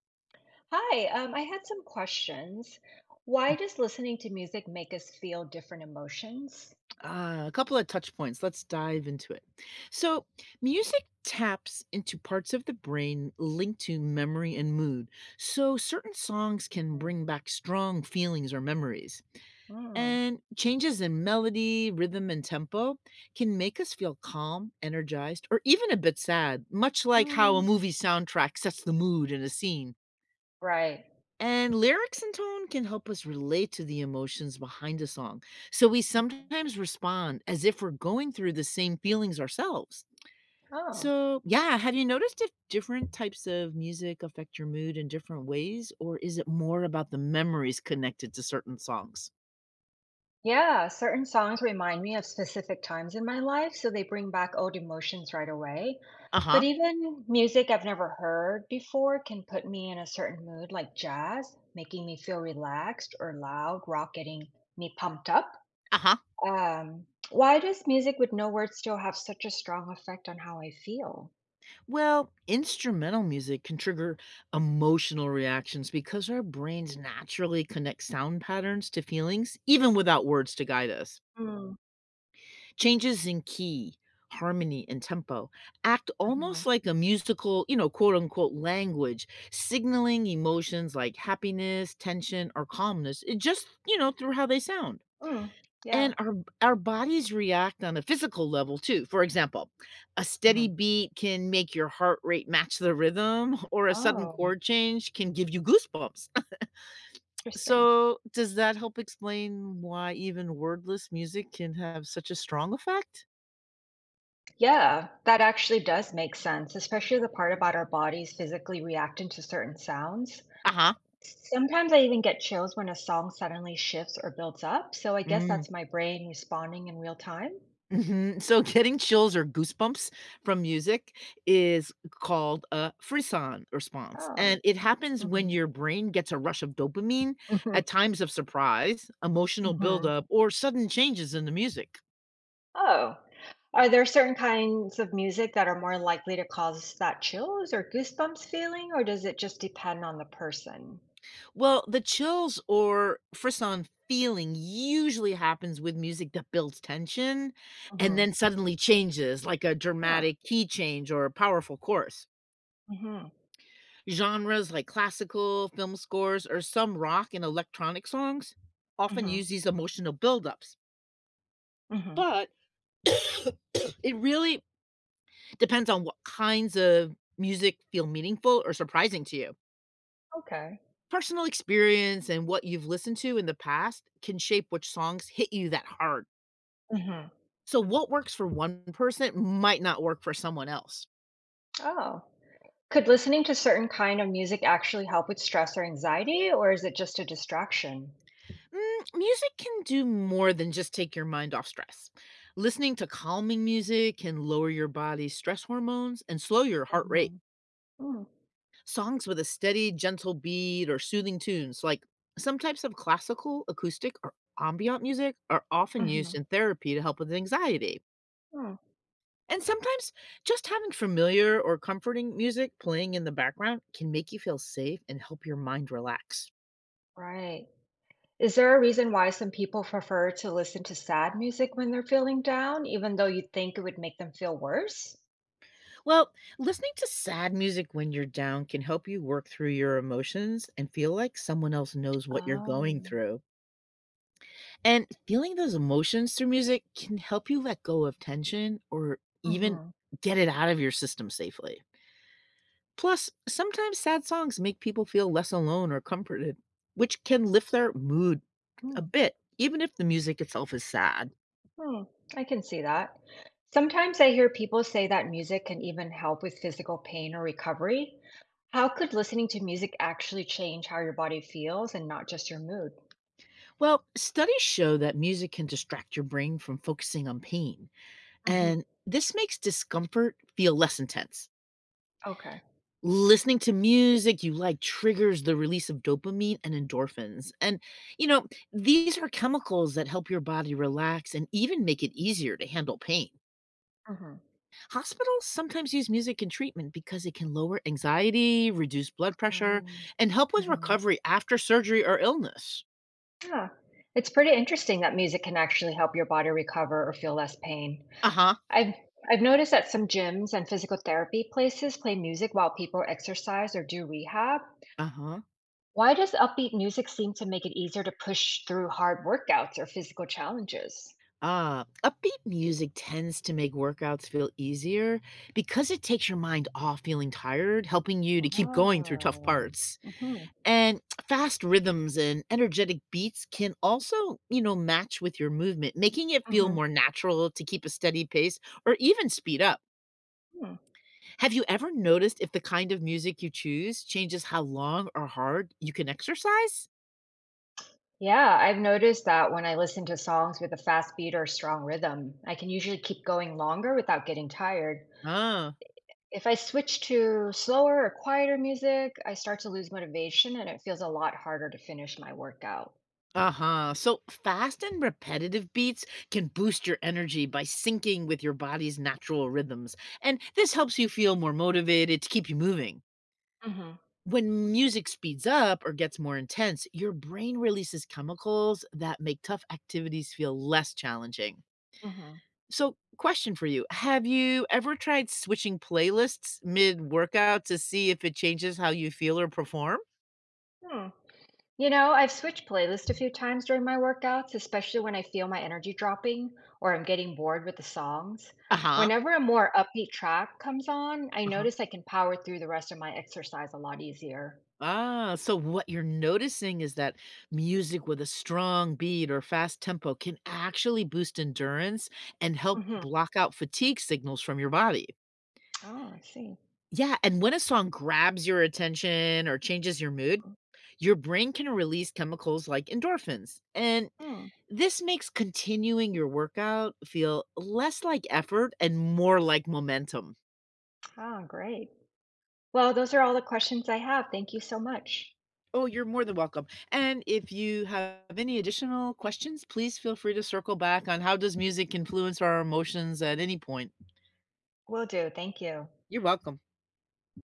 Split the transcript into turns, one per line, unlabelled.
Hi, I had some questions. Why does listening to music make us feel different emotions?
Ah, a couple of touch points. Let's dive into it. So, music taps into parts of the brain linked to memory and mood. So, certain songs can
Hmm.
bring back strong feelings or memories.
Mm.
And changes in melody, rhythm, and tempo can make us feel calm, energized, or even a bit sad, much like how a
Mm.
movie soundtrack sets the mood in a scene.
Right.
And lyrics and tone can help us relate to the emotions behind a song. So we sometimes respond as if we're going through the same feelings ourselves.
Oh,
So, yeah, have you noticed if different types of music affect your mood in different ways, or is it more about the memories connected to certain songs?
yeah. Certain songs remind me of specific times in my life, so they bring back old emotions right away.
Uh
But
huh.
even music I've never heard before can put me in a certain mood, like jazz, making me feel relaxed, or loud rock getting me pumped up.
Uh huh.
Why does music with no words still have such a strong effect on how I feel?
Well, instrumental music can trigger emotional reactions because our brains naturally connect sound patterns to feelings, even without words to guide us.
Mm,
Changes in key, harmony, and tempo act
mhm.
almost like a musical, quote unquote language, signaling emotions like happiness, tension, or calmness, it just, through how they sound.
Mm, yeah.
And our bodies react on a physical level too. For example, a steady
Mhm.
beat can make your heart rate match the rhythm, or a sudden
Oh,
chord change can give you goosebumps.
interesting.
So, does that help explain why even wordless music can have such a strong effect?
Yeah, that actually does make sense, especially the part about our bodies physically reacting to certain sounds.
Uh huh.
Sometimes I even get chills when a song suddenly shifts or builds up, so I guess
Mm,
that's my brain responding in real time.
mhm. So getting chills or goosebumps from music is called a frisson response,
Oh.
and it happens when
Hmm.
your brain gets a rush of dopamine at times of surprise, emotional buildup, or sudden changes in the music.
Oh, are there certain kinds of music that are more likely to cause that chills or goosebumps feeling, or does it just depend on the person?
Well, the chills or frisson feeling usually happens with music that builds tension and
Mm-hmm.
then suddenly changes, like a
Oh.
dramatic key change or a powerful chorus.
Mm-hmm.
Genres like classical, film scores, or some rock and electronic songs often
Mm-hmm.
use these emotional buildups.
Mm-hmm.
But it really depends on what kinds of music feel meaningful or surprising to you.
Okay.
Personal experience and what you've listened to in the past can shape which songs hit you that hard.
Mm-hmm.
So, what works for one person might not work for someone else.
Oh. Could listening to certain kind of music actually help with stress or anxiety, or is it just a distraction?
Mm, music can do more than just take your mind off stress. Listening to calming music can lower your body's stress hormones and slow your heart rate.
Mm-hmm. Mm-hmm.
Songs with a steady, gentle beat or soothing tunes, like some types of classical, acoustic, or ambient music, are often
Mm-hmm.
used in therapy to help with anxiety.
Mm.
And sometimes just having familiar or comforting music playing in the background can make you feel safe and help your mind relax.
Right. Is there a reason why some people prefer to listen to sad music when they're feeling down, even though you think it would make them feel worse?
Well, listening to sad music when you're down can help you work through your emotions and feel like someone else knows what you're going
Oh.
through. And feeling those emotions through music can help you let go of tension or even
Mhm.
get it out of your system safely. Plus, sometimes sad songs make people feel less alone or comforted, which can lift their mood a
Mm.
bit, even if the music itself is sad.
Hmm, I can see that. Sometimes I hear people say that music can even help with physical pain or recovery. How could listening to music actually change how your body feels and not just your mood?
Well, studies show that music can distract your brain from focusing on pain.
Mhm.
And this makes discomfort feel less intense.
Okay.
Listening to music you like triggers the release of dopamine and endorphins. And, you know, these are chemicals that help your body relax and even make it easier to handle pain.
Mhm.
Hospitals sometimes use music in treatment because it can lower anxiety, reduce blood pressure,
Um,
and help with
Mhm.
recovery after surgery or illness.
Yeah, it's pretty interesting that music can actually help your body recover or feel less pain.
Uh huh.
I've I've noticed that some gyms and physical therapy places play music while people exercise or do rehab.
Uh huh.
Why does upbeat music seem to make it easier to push through hard workouts or physical challenges?
Ah, upbeat music tends to make workouts feel easier because it takes your mind off feeling tired, helping you to keep going through tough
Ah,
parts.
mhm,
And fast rhythms and energetic beats can also, match with your movement, making it feel
mhm,
more natural to keep a steady pace or even speed up.
hmm.
Have you ever noticed if the kind of music you choose changes how long or hard you can exercise?
Yeah, I've noticed that when I listen to songs with a fast beat or strong rhythm, I can usually keep going longer without getting tired.
Oh.
If I switch to slower or quieter music, I start to lose motivation and it feels a lot harder to finish my workout.
Uh-huh. So fast and repetitive beats can boost your energy by syncing with your body's natural rhythms. And this helps you feel more motivated to keep you moving.
Mm-hmm.
When music speeds up or gets more intense, your brain releases chemicals that make tough activities feel less challenging. So, question for you: have you ever tried switching playlists mid workout to see if it changes how you feel or perform?
Mm-hmm. You know, I've switched playlists a few times during my workouts, especially when I feel my energy dropping or I'm getting bored with the songs.
Uh-huh,
Whenever a more upbeat track comes on, I
uh-huh.
notice I can power through the rest of my exercise a lot easier.
Ah, so what you're noticing is that music with a strong beat or fast tempo can actually boost endurance and help
Hmm.
block out fatigue signals from your body.
Oh, I see.
Yeah, and when a song grabs your attention or changes your mood, your brain can release chemicals like endorphins, and
Hmm.
this makes continuing your workout feel less like effort and more like momentum.
Ah, great. Well, those are all the questions I have. Thank you so much.
Oh, you're more than welcome. And if you have any additional questions, please feel free to circle back on how does music influence our emotions at any point.
Will do. Thank you.
You're welcome.